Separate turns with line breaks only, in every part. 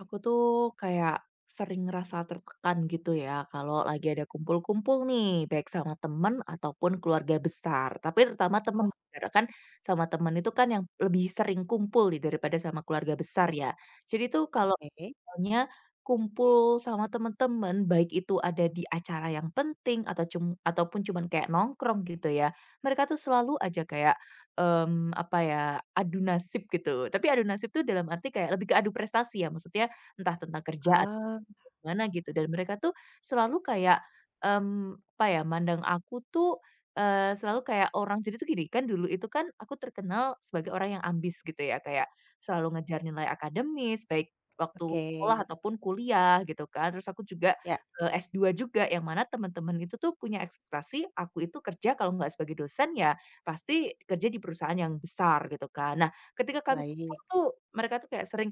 Aku tuh kayak sering ngerasa tertekan gitu ya kalau lagi ada kumpul-kumpul nih, baik sama temen ataupun keluarga besar. Tapi terutama temen,
Oh,
karena kan sama temen itu kan yang lebih sering kumpul nih daripada sama keluarga besar ya. Jadi tuh kalau
oke.
misalnya kumpul sama teman-teman, baik itu ada di acara yang penting atau cum ataupun cuman kayak nongkrong gitu ya, mereka tuh selalu aja kayak, mmm, apa ya, adu nasib gitu. Tapi adu nasib tuh dalam arti kayak lebih ke adu prestasi ya, maksudnya entah tentang kerjaan
Ah,
gimana gitu, dan mereka tuh selalu kayak, mandang aku tuh, selalu kayak orang jadi tuh gini, kan dulu itu kan aku terkenal sebagai orang yang ambis gitu ya, kayak selalu ngejar nilai akademis, baik waktu sekolah
oke.
ataupun kuliah gitu kan. Terus aku juga,
Ya,
S2 juga, yang mana teman-teman itu tuh punya ekspektasi aku itu kerja kalau nggak sebagai dosen ya pasti kerja di perusahaan yang besar gitu kan. Nah ketika kami kumpul
baik.
tuh mereka tuh kayak sering,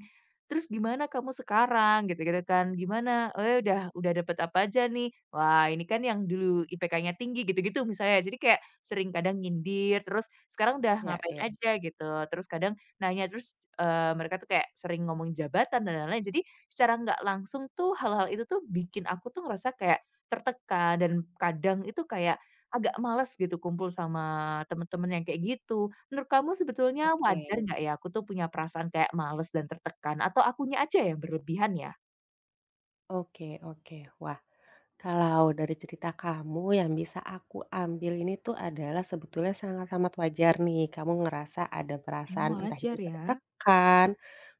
"Terus gimana kamu sekarang?" Gitu-gitu kan. "Gimana, udah dapet apa aja nih?" "Wah, ini kan yang dulu IPK-nya tinggi," gitu-gitu misalnya. Jadi kayak sering kadang nyindir, terus sekarang udah
Ya
ngapain
ya.
aja gitu, terus kadang nanya, terus, mereka tuh kayak sering ngomong jabatan dan lain-lain. Jadi secara nggak langsung tuh hal-hal itu tuh bikin aku tuh ngerasa kayak tertekan, dan kadang itu kayak agak males gitu kumpul sama temen-temen yang kayak gitu. Menurut kamu sebetulnya
Oke
wajar nggak ya aku tuh punya perasaan kayak males dan tertekan, atau akunya aja yang berlebihan ya?
oke oke. Wah, kalau dari cerita kamu yang bisa aku ambil ini tuh adalah sebetulnya sangat amat wajar nih, kamu ngerasa ada
Oh,
perasaan entah itu
wajar ya.
tertekan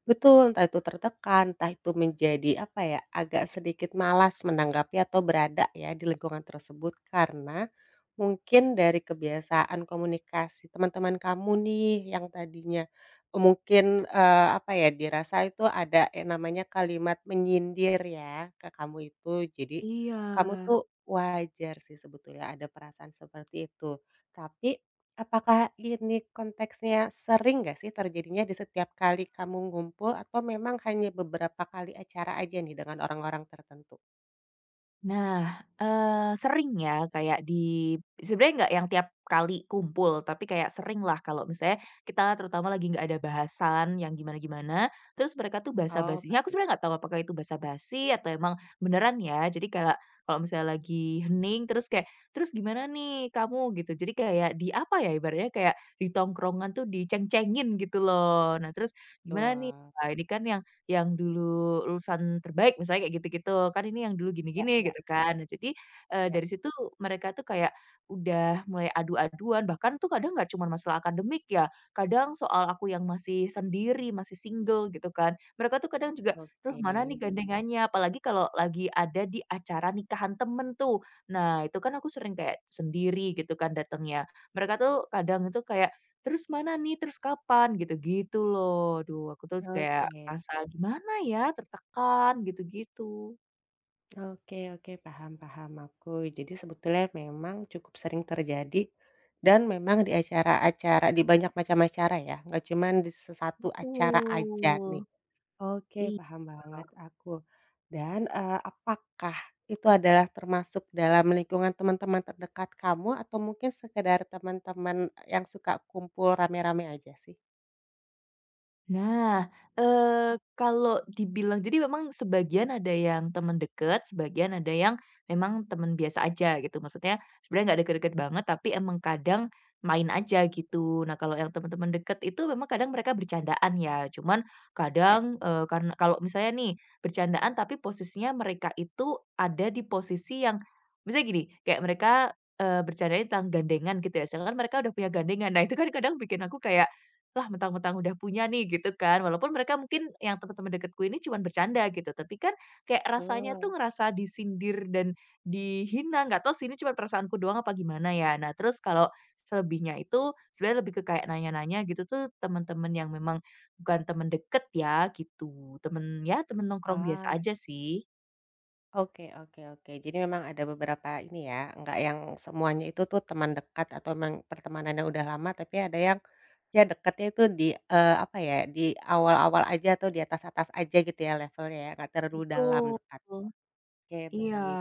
betul, entah itu tertekan, entah itu menjadi apa ya, agak sedikit malas menanggapi atau berada ya di lingkungan tersebut karena mungkin dari kebiasaan komunikasi teman-teman kamu nih yang tadinya apa ya, dirasa itu ada yang namanya kalimat menyindir ya ke kamu itu, jadi
Iya.
kamu tuh wajar sih sebetulnya ada perasaan seperti itu. Tapi apakah ini konteksnya sering nggak sih terjadinya di setiap kali kamu ngumpul atau memang hanya beberapa kali acara aja nih dengan orang-orang tertentu?
Nah, sering ya kayak di sebenarnya nggak yang tiap kali kumpul, tapi kayak sering lah kalau misalnya kita terutama lagi nggak ada bahasan yang gimana-gimana, terus mereka tuh
Oh,
basa-basinya aku
baik.
sebenarnya nggak tahu apakah itu basa-basi atau emang beneran ya. Jadi kayak kalau misalnya lagi hening terus kayak, "Terus gimana nih kamu?" Gitu. Jadi kayak di apa ya, ibaratnya kayak di tongkrongan tuh diceng-cengin gitu loh. Nah terus, "Gimana nih?
Betul.
Wah ini kan yang dulu lulusan terbaik misalnya kayak gitu-gitu, kan ini yang dulu
Ya
gini-gini
ya
gitu kan. Nah jadi,
ya.
dari situ mereka tuh kayak udah mulai adu-aduan, bahkan tuh kadang nggak cuma masalah akademik ya, kadang soal aku yang masih sendiri, masih single gitu kan. Mereka tuh kadang juga, terus
Oke.
mana nih gandengannya?" Apalagi kalau lagi ada di acara nikahan temen tuh. Nah itu kan aku sering kayak sendiri gitu kan datangnya. Mereka tuh kadang itu kayak, terus mana nih? Terus kapan? Gitu-gitu loh. Aduh, aku tuh kayak
Oke.
rasa gimana ya, tertekan gitu-gitu.
Oke oke, paham paham aku. Jadi sebetulnya memang cukup sering terjadi dan memang di acara-acara di banyak macam acara ya, nggak cuman di satu acara aja nih.
Betul,
Oke,
iya.
paham banget aku. Dan, apakah itu adalah termasuk dalam lingkungan teman-teman terdekat kamu atau mungkin sekedar teman-teman yang suka kumpul rame-rame aja sih?
Nah, kalau dibilang jadi memang sebagian ada yang teman deket, sebagian ada yang memang teman biasa aja gitu. Maksudnya sebenarnya nggak deket-deket banget, tapi emang kadang main aja gitu. Nah, kalau yang teman-teman deket itu memang kadang mereka bercandaan ya, cuman
Ya,
kadang, karena kalau misalnya nih bercandaan tapi posisinya mereka itu ada di posisi yang misalnya gini, kayak mereka, bercandanya tentang gandengan gitu ya, sedangkan mereka udah punya gandengan. Nah, itu kan kadang bikin aku kayak lah, mentang-mentang udah punya nih gitu kan, walaupun mereka mungkin yang teman-teman dekatku ini cuman bercanda gitu, tapi kan kayak rasanya
betul.
tuh ngerasa disindir dan dihina, nggak tahu sih ini cuma perasaanku doang apa gimana ya. Nah, terus kalau selebihnya itu sebenarnya lebih ke kayak nanya-nanya gitu tuh teman-teman yang memang bukan teman deket ya gitu, temen ya temen nongkrong biasa
Ah,
aja sih.
oke oke oke. Jadi memang ada beberapa ini ya, nggak yang semuanya itu tuh teman dekat atau memang pertemanan yang udah lama, tapi ada yang ya dekatnya itu di, apa ya, di awal-awal aja atau di atas-atas aja gitu ya levelnya ya, nggak terlalu dalam
Betul,
dekatnya. Oke,
iya.
baik.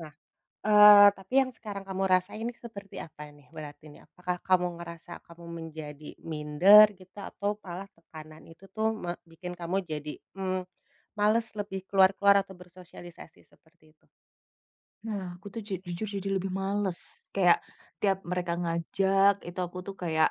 Nah, tapi yang sekarang kamu rasain seperti apa nih berarti nih? Apakah kamu ngerasa kamu menjadi minder gitu atau malah tekanan itu tuh bikin kamu jadi, mmm, males lebih keluar-keluar atau bersosialisasi seperti itu?
Nah, aku tuh jujur jadi lebih males, kayak tiap mereka ngajak itu aku tuh kayak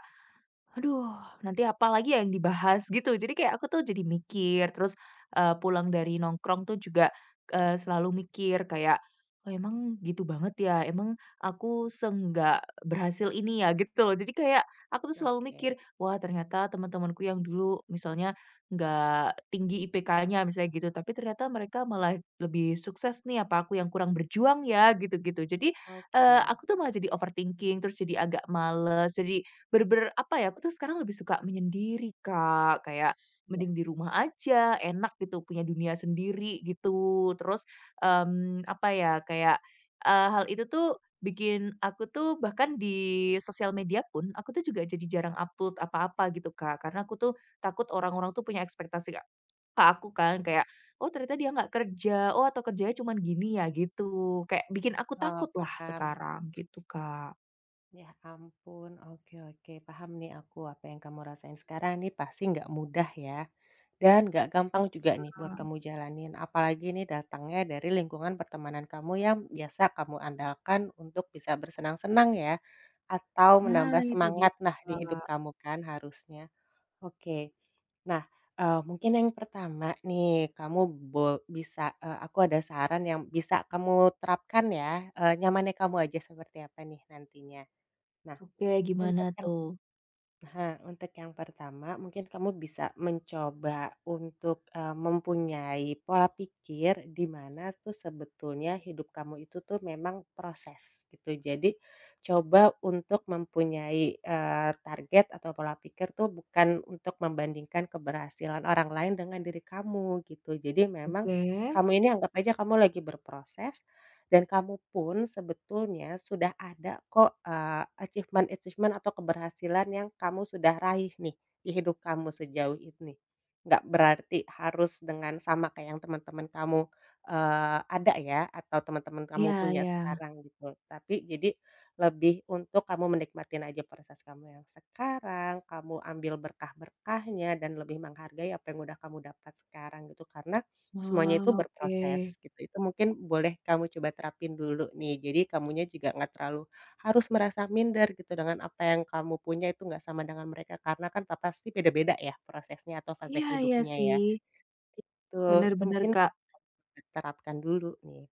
aduh, nanti apa lagi ya yang dibahas gitu. Jadi kayak aku tuh jadi mikir, terus, pulang dari nongkrong tuh juga, selalu mikir kayak, "Oh emang gitu banget ya? Emang aku seenggak berhasil ini ya?" Gitu loh. Jadi kayak aku tuh selalu
Oke
mikir, "Wah ternyata teman-temanku yang dulu misalnya nggak tinggi IPK-nya," misalnya gitu, "tapi ternyata mereka malah lebih sukses nih, apa aku yang kurang berjuang ya?" Gitu-gitu. Jadi,
oke.
aku tuh malah jadi overthinking, terus jadi agak males, jadi bener-bener apa ya, aku tuh sekarang lebih suka menyendiri, Kak, kayak
Iya.
mending di rumah aja, enak gitu, punya dunia sendiri gitu. Terus, mmm, apa ya, kayak, eee, hal itu tuh bikin aku tuh bahkan di sosial media pun, aku tuh juga jadi jarang upload apa-apa gitu, Kak. Karena aku tuh takut orang-orang tuh punya ekspektasi ke aku kan, kayak, "Oh ternyata dia nggak kerja, oh atau kerjanya cuman gini ya?" Gitu, kayak bikin aku
Oh,
takut lah
paham.
sekarang gitu, Kak.
Ya ampun, oke oke, paham nih aku apa yang kamu rasain sekarang nih pasti nggak mudah ya. Dan nggak gampang juga nih buat
Iya.
kamu jalanin, apalagi ini datangnya dari lingkungan pertemanan kamu yang biasa kamu andalkan untuk bisa bersenang-senang ya, atau
Nah,
menambah
itu dia,
semangat nah di hidup
Kak.
kamu kan harusnya. Oke. Nah, mungkin yang pertama nih kamu bisa, aku ada saran yang bisa kamu terapkan ya, nyamannya kamu aja seperti apa nih nantinya. Nah,
Oke, gimana
untuk yang
tuh?
Nah, untuk yang pertama mungkin kamu bisa mencoba untuk, mempunyai pola pikir di mana tuh sebetulnya hidup kamu itu tuh memang proses gitu. Jadi coba untuk mempunyai, target atau pola pikir tuh bukan untuk membandingkan keberhasilan orang lain dengan diri kamu gitu. Jadi memang
Oke.
kamu ini anggap aja kamu lagi berproses dan kamu pun sebetulnya sudah ada kok, achievement-achievement atau keberhasilan yang kamu sudah raih nih, di hidup kamu sejauh ini. Nggak berarti harus dengan sama kayak yang teman-teman kamu, ada ya, atau teman-teman kamu
Iya
punya
iya.
sekarang gitu. Tapi jadi lebih untuk kamu menikmatin aja proses kamu yang sekarang, kamu ambil berkah-berkahnya dan lebih menghargai apa yang udah kamu dapat sekarang gitu. Karena semuanya
Wah,
itu
oke.
berproses gitu, itu mungkin boleh kamu coba terapin dulu nih. Jadi kamunya juga nggak terlalu harus merasa minder gitu dengan apa yang kamu punya itu nggak sama dengan mereka, karena kan pasti beda-beda ya prosesnya atau fase
Iya iya
hidupnya ya,
sih.
itu
Bener
Itu
bener,
mungkin
Kak.
terapkan dulu nih,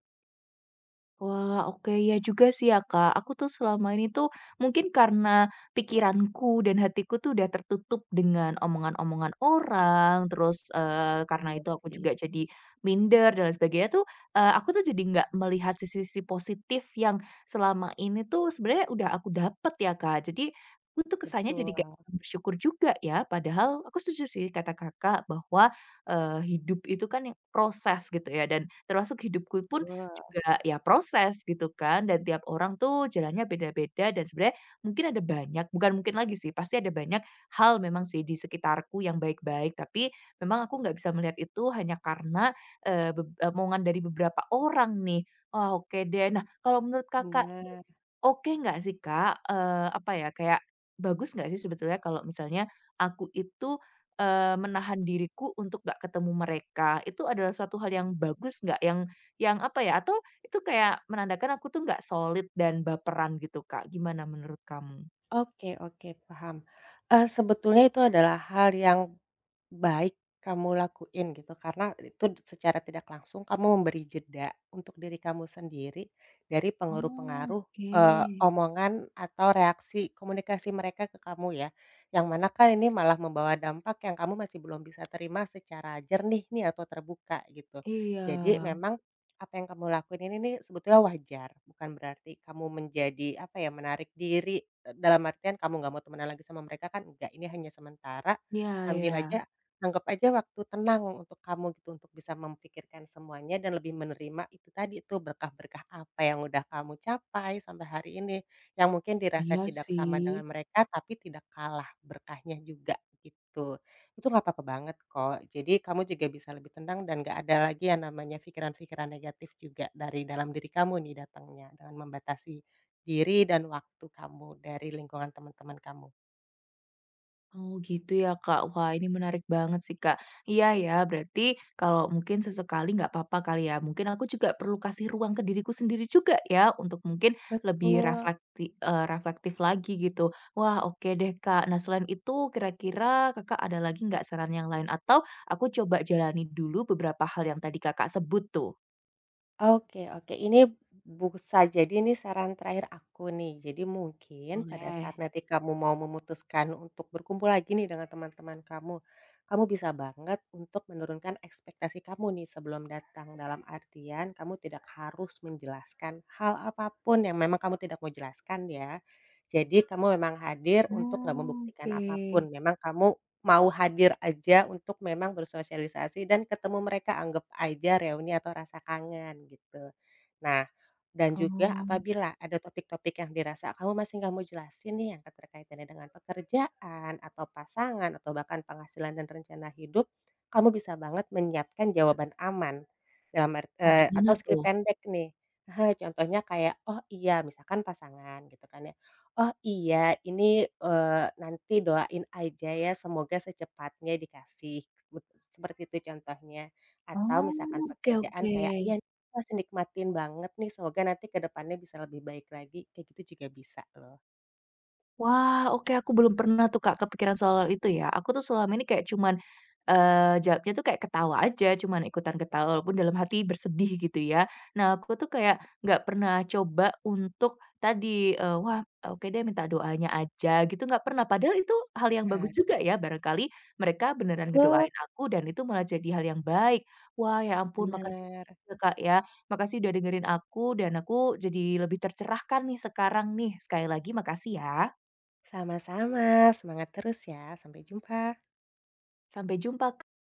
Wah, oke, ya juga sih ya, Kak. Aku tuh selama ini tuh mungkin karena pikiranku dan hatiku tuh udah tertutup dengan omongan-omongan orang, terus, karena
gitu
itu aku
sih.
juga jadi minder dan lain sebagainya tuh, aku tuh jadi nggak melihat sisi-sisi positif yang selama ini tuh sebenarnya udah aku dapet ya, Kak. Jadi aku tuh kesannya
Betul
jadi kayak bersyukur juga ya, padahal aku setuju sih kata Kakak bahwa, hidup itu kan yang proses gitu ya, dan termasuk hidupku pun
betul,
juga ya proses gitu kan, dan tiap orang tuh jalannya beda-beda, dan sebenarnya mungkin ada banyak bukan mungkin lagi sih, pasti ada banyak hal memang sih di sekitarku yang baik-baik, tapi memang aku nggak bisa melihat itu hanya karena, omongan dari beberapa orang nih. Wah oke deh. Nah kalau menurut Kakak nih,
benar.
oke nggak sih Kak, apa ya, kayak bagus nggak sih sebetulnya kalau misalnya aku itu, menahan diriku untuk nggak ketemu mereka, itu adalah suatu hal yang bagus nggak? Yang apa ya, atau itu kayak menandakan aku tuh nggak solid dan baperan gitu, Kak. Gimana menurut kamu?
Oke oke, paham. Sebetulnya itu adalah hal yang baik kamu lakuin gitu karena itu secara tidak langsung kamu memberi jeda untuk diri kamu sendiri dari pengaruh-pengaruh,
Oke.
omongan atau reaksi komunikasi mereka ke kamu ya. Yang mana kan ini malah membawa dampak yang kamu masih belum bisa terima secara jernih nih atau terbuka gitu.
Iya.
Jadi memang apa yang kamu lakuin ini nih sebetulnya wajar, bukan berarti kamu menjadi apa ya, menarik diri, dalam artian kamu nggak mau temenan lagi sama mereka kan enggak, ini hanya sementara,
Iya
ambil
iya.
aja anggap aja waktu tenang untuk kamu gitu, untuk bisa memikirkan semuanya dan lebih menerima itu tadi itu berkah-berkah apa yang udah kamu capai sampai hari ini, yang mungkin dirasa
Iya
tidak sama dengan
sih.
mereka tapi tidak kalah berkahnya juga gitu. Itu nggak apa-apa banget kok, jadi kamu juga bisa lebih tenang dan nggak ada lagi yang namanya pikiran-pikiran negatif juga dari dalam diri kamu nih datangnya, dengan membatasi diri dan waktu kamu dari lingkungan teman-teman kamu.
Oh gitu ya Kak, wah ini menarik banget sih Kak. Iya ya, berarti kalau mungkin sesekali nggak apa-apa kali ya, mungkin aku juga perlu kasih ruang ke diriku sendiri juga ya, untuk mungkin lebih
Betul.
reflektif lagi gitu. Wah oke deh Kak, nah selain itu kira-kira Kakak ada lagi nggak saran yang lain? Atau aku coba jalani dulu beberapa hal yang tadi Kakak sebut tuh?
Oke oke, ini bisa jadi ini saran terakhir aku nih. Jadi mungkin pada
Boleh.
saat nanti kamu mau memutuskan untuk berkumpul lagi nih dengan teman-teman kamu, kamu bisa banget untuk menurunkan ekspektasi kamu nih sebelum datang. Dalam artian kamu tidak harus menjelaskan hal apapun yang memang kamu tidak mau jelaskan ya. Jadi kamu memang hadir untuk nggak
Oh,
membuktikan
oke.
apapun memang kamu mau hadir aja untuk memang bersosialisasi dan ketemu mereka, anggap aja reuni atau rasa kangen gitu. Nah, dan juga
Oh,
apabila ada topik-topik yang dirasa kamu masih nggak mau jelasin nih yang keterkaitannya dengan pekerjaan atau pasangan atau bahkan penghasilan dan rencana hidup, kamu bisa banget menyiapkan jawaban aman
oh
atau
gimana
skrip
tuh?
pendek nih. Heeh, contohnya kayak, "Oh iya," misalkan pasangan gitu kan ya. Oh iya, ini, eee, nanti doain aja ya semoga secepatnya dikasih, bet seperti itu contohnya. Atau misalkan
Oh, oke
pekerjaan
oke.
kayak, "Iya, nih, masih nikmatin banget nih, semoga nanti ke depannya bisa lebih baik lagi," kayak gitu juga bisa loh.
Wah, oke aku belum pernah tuh Kak kepikiran soal itu ya. Aku tuh selama ini kayak cuman, jawabnya tuh kayak ketawa aja, cuman ikutan ketawa walaupun dalam hati bersedih gitu ya. Nah aku tuh kayak nggak pernah coba untuk tadi, "Wah, oke deh minta doanya aja," gitu nggak pernah. Padahal itu hal yang
Nah,
bagus juga ya, barangkali mereka beneran
tuh
ngedoain aku dan itu malah jadi hal yang baik. Wah, ya ampun makasih
bener.
banyak ya Kak ya, makasih udah dengerin aku dan aku jadi lebih tercerahkan nih sekarang nih. Sekali lagi makasih ya.
Sama-sama, semangat terus ya, sampai jumpa.
Sampai jumpa,